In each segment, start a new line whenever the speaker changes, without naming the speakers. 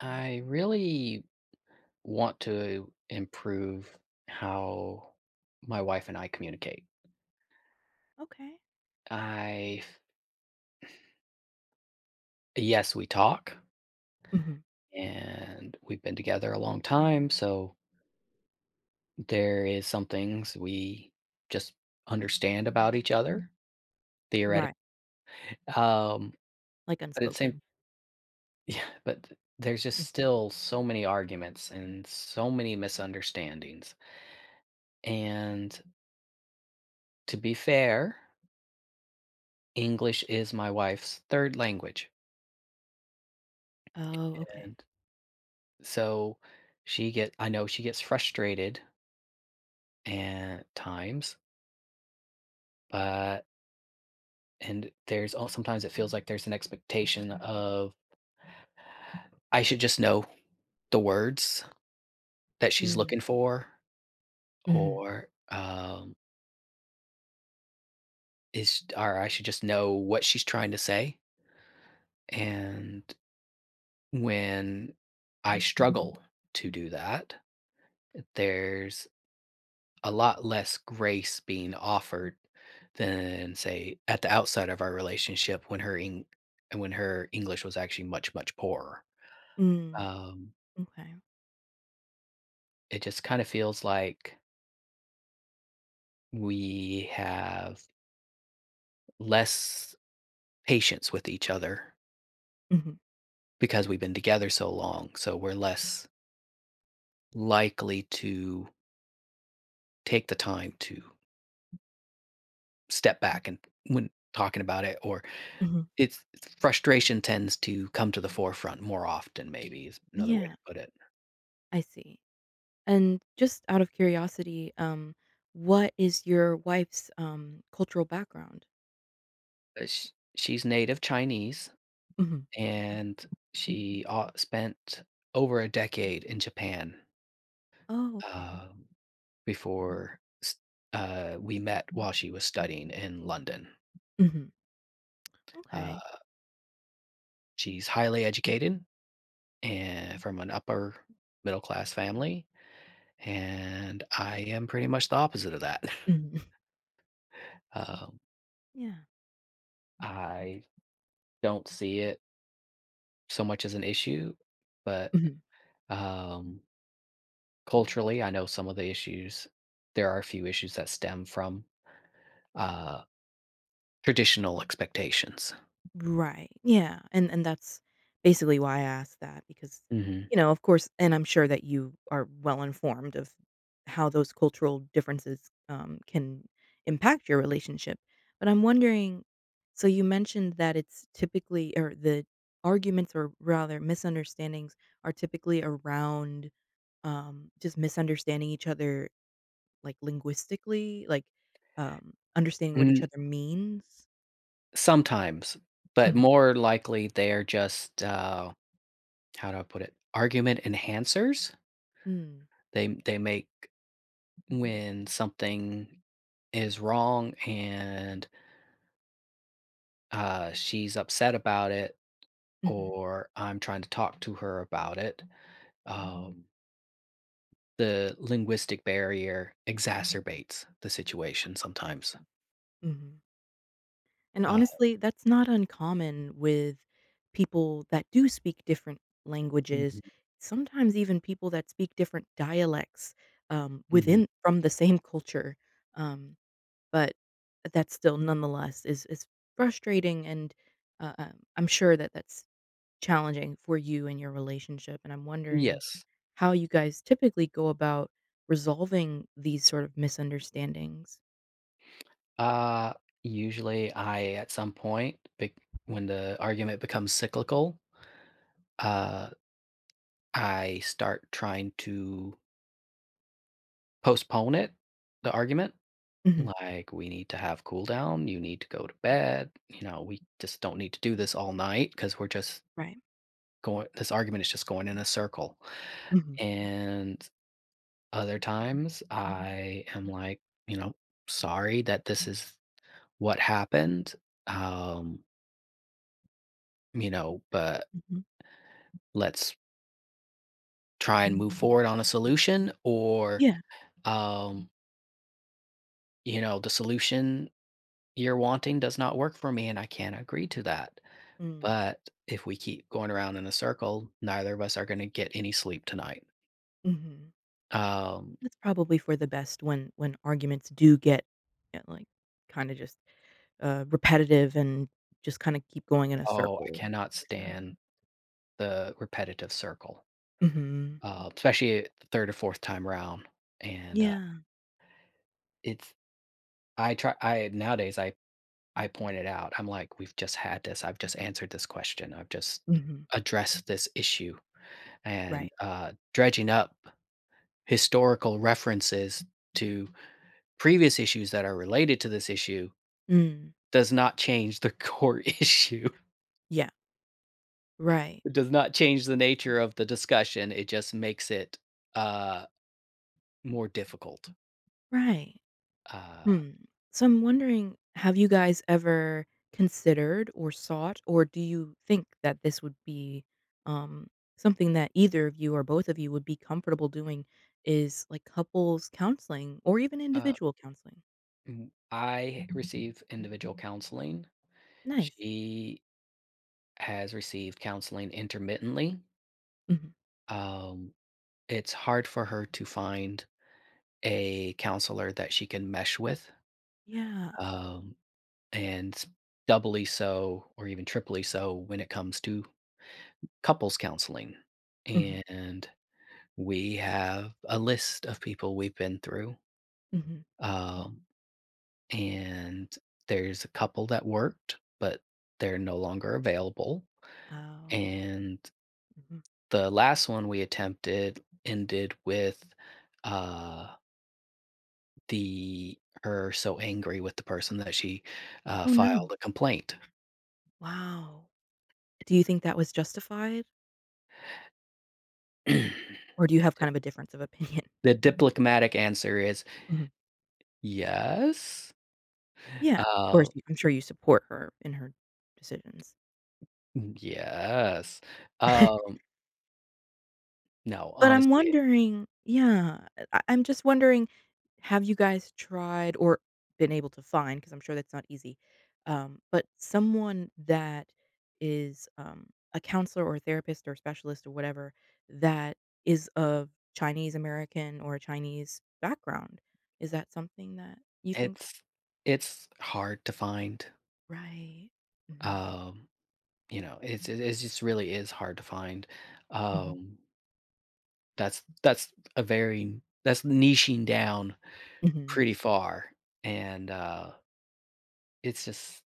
I really want to improve how my wife and I communicate.
Okay.
I, yes, we talk
Mhm.
and we've been together a long time. So there is some things we just understand about each other theoretically.
Right,
Um,
like
but it's same,
unspoken.
yeah, but there's just
Mhm.
still so many arguments and so many misunderstandings. And to be fair, English is my wife's third language.
Oh, okay.
And so she get I know she gets frustrated at times, but and there's all sometimes it feels like there's an expectation of I should just know the words that she's
Mm,
looking for
mhm,
or is or I should just know what she's trying to say. And when I struggle to do that, there's a lot less grace being offered than say at the outside of our relationship when when her English was actually much poorer.
mm.
Um,
Okay.
it just kind of feels like we have less patience with each other
Mhm,
because we've been together so long. So we're less likely to take the time to step back and when talking about it or
mhm.
it's frustration tends to come to the forefront more often maybe is another way to
Yeah,
put it.
I see. And just out of curiosity, what is your wife's, cultural background?
Sh She's native Chinese,
Mhm.
and she, spent over a decade in Japan,
Oh, okay.
um, before s we met while she was studying in London.
Mhm.
Uh,
Okay.
she's highly educated and from an upper middle-class family, and I am pretty much the opposite of that.
Mhm.
Um,
Yeah.
I don't see it so much as an issue, but,
Mhm.
um culturally, I know some of the issues. There are a few issues that stem from, uh, traditional expectations.
Right. Yeah, and that's basically why I asked that because,
Mhm.
you know, of course and I'm sure that you are well informed of how those cultural differences, can impact your relationship. But I'm wondering so you mentioned that it's typically or the arguments or rather misunderstandings are typically around, just misunderstanding each other, like, linguistically, like, understanding what each
Mm,
other means?
sometimes, but
Mhm.
more likely they're just, how do I put it? Argument enhancers?
Mm.
They make when something is wrong and, she's upset about it
Mhm.
or I'm trying to talk to her about it, um the linguistic barrier exacerbates the situation
I
sometimes.
see. Mhm. And
Uh,
honestly, that's not uncommon with people that do speak different languages,
mhm,
sometimes even people that speak different dialects,
mhm.
within from the same culture, um, but that still nonetheless is frustrating and, I'm sure that that's challenging for you and your relationship, and I'm wondering
Yes.
how you guys typically go about resolving these sort of misunderstandings.
Uh, usually I at some point, bec when the argument becomes cyclical, uh, I start trying to postpone it, the argument,
Mhm.
like, "We need to have cool down, you need to go to bed, you know, we just don't need to do this all night because 'cause we're just
Right.
going this argument is just going in a circle."
Mhm.
And other times, Mhm. I am like, you know, "Sorry that this is what happened, um, you know, but
Mhm.
let's try and move Mhm. forward on a solution," or,
Yeah.
um, you know, "The solution you're wanting does not work for me, and I can't agree to that."
Mm,
But if we keep going around in a circle, neither of us are gonna get any sleep tonight.
mhm.
Um,
That's probably for the best when arguments do get, like, kinda just, repetitive and just kinda keep going in a
oh, I
circle,
cannot
for sure.
stand the repetitive circle,
Mhm.
especially the 3rd or 4th time round, and,
Yeah.
It's I nowadays, I point it out. I'm like, "We've just had this. I've just answered this question. I've just
Mhm.
addressed this issue," and,
Right.
dredging up historical references to previous issues that are related to this issue
Mm.
does not change the core issue.
Yeah. Right.
It does not change the nature of the discussion. It just makes it, uh, more difficult.
Right.
Uh,
Hmm. So I'm wondering, have you guys ever considered or sought, or do you think that this would be um, something that either of you or both of you would be comfortable doing? Is like couples counseling or even
uh,
individual counseling?
I receive individual counseling.
Nice.
She has received counseling intermittently.
Hmm.
Um, it's hard for her to find a counselor that she can mesh with,
Yeah.
um, and doubly so, or even triply so, when it comes to couples counseling.
Hmm.
And we have a list of people we've been through,
Hmm.
um, and there's a couple that worked, but they're no longer available.
Oh.
And
Hmm.
the last one we attempted ended with, uh, the her so angry with the person that she,
Oh no.
filed a complaint.
Wow. Do you think that was justified, or do you have kind of a difference of opinion?
The diplomatic answer is,
Mhm.
"Yes."
Yeah. Of course,
Uh,
you- I'm sure you support her in her decisions.
yes. Um, no,
But I'm
honestly,
wondering yeah, I'm just wondering, have you guys tried or been able to find- 'cause I'm sure that's not easy- but someone that is, a counselor or a therapist or specialist or whatever that is of Chinese American or a Chinese background? Is that something that you think
it's it's hard to find,
Right. Mhm.
um, you know, it's just really is hard to find.
Mhm.
Um, that's a very that's niching down
Mhm.
pretty far. And it's just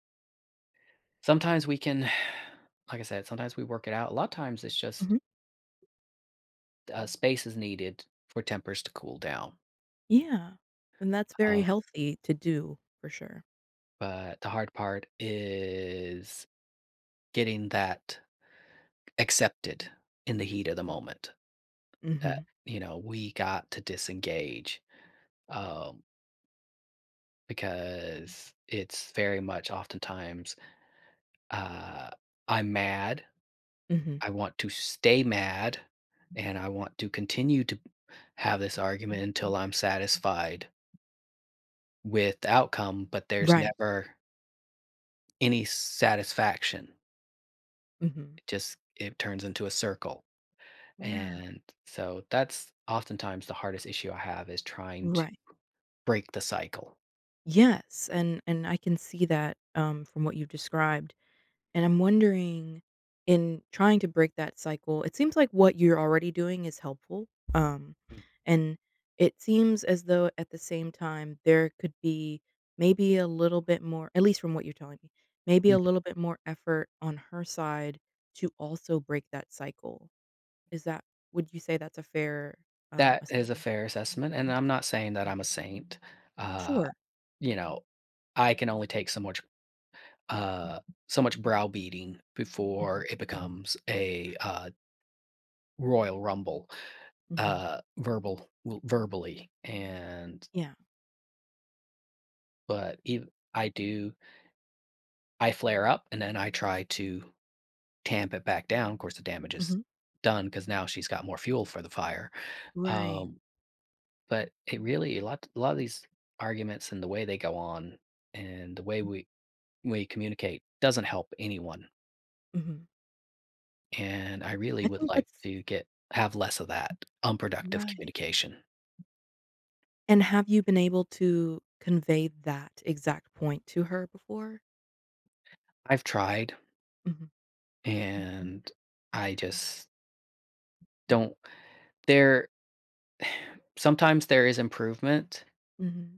sometimes we can, like I said, sometimes we work it out. A lot of times it's just
Mhm.
space is needed for tempers to cool down.
Yeah. And that's very
Uh,
healthy to do for sure.
but the hard part is getting that accepted in the heat of the moment that,
Mhm.
you know, we got to disengage um, because it's very much oftentimes uh, I'm mad.
Mhm.
I want to stay mad and I want to continue to have this argument until I'm satisfied with the outcome, but there's
Right.
never any satisfaction.
Mhm.
It just it turns into a circle.
Yeah.
And so that's oftentimes the hardest issue I have is trying to
Right.
break the cycle.
Yes, and I can see that, from what you've described, and I'm wondering, in trying to break that cycle, it seems like what you're already doing is helpful, um, and it seems as though at the same time there could be maybe a little bit more at least from what you're telling me, maybe a
Mhm.
little bit more effort on her side to also break that cycle. Is that would you say that's a fair,
That is a
assumption?
fair assessment. And I'm not saying that I'm a
Mhm.
saint. Uh,
Sure.
you know, I can only take so much uh so much browbeating before
Mhm,
it becomes a royal rumble
mhm.
verbal verbally and
Yeah.
but ev- I do I flare up and then I try to tamp it back down. Of course the damage is
Mhm.
done because now she's got more fuel for the fire.
Right.
um but it really a lot of these arguments and the way they go on and the way we communicate doesn't help anyone,
Mhm.
and I really
I
would
think
like
that's
to get have less of that unproductive
right.
communication.
And have you been able to convey that exact point to her before?
I've tried
Mhm.
and I just don't there Sometimes there is improvement,
Mhm.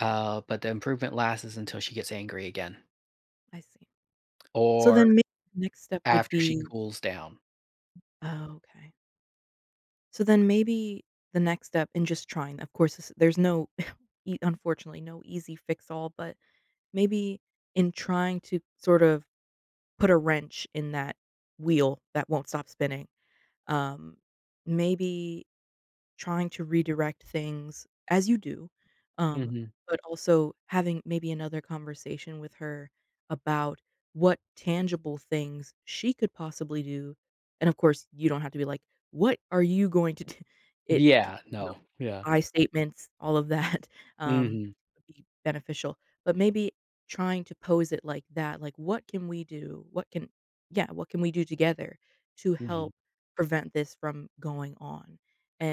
but the improvement lasts until she gets angry again
I see. So
or
then maybe the next step would
after she
be
cools down.
oh, okay. So then maybe the next step in just trying of course, this there's no e unfortunately, no easy fix all, but maybe in trying to sort of put a wrench in that wheel that won't stop spinning, um, maybe trying to redirect things as you do, um,
Mhm.
but also having maybe another conversation with her about what tangible things she could possibly do, and of course, you don't have to be like, "What are you going to do?" It c
Yeah,
you know,
no, yeah.
I statements, all of that, um,
Mhm,
would be beneficial, but maybe trying to pose it like that, like, "What can we do? What can" yeah, "What can we do together to
mhm,
help prevent this from going on?"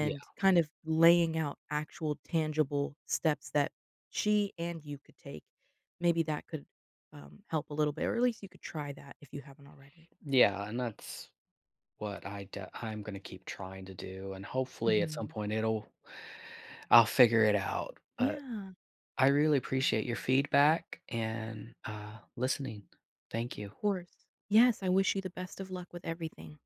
yeah,
kind of laying out actual tangible steps that she and you could take. Maybe that could help a little bit, or at least you could try that if you haven't already.
yeah, and that's what I'm gonna keep trying to do, and hopefully at some
Mhm.
point it'll I'll figure it out, but
Yeah,
I really appreciate your feedback and, listening. Thank
of
you.
course. Yes, I wish you the best of luck with everything.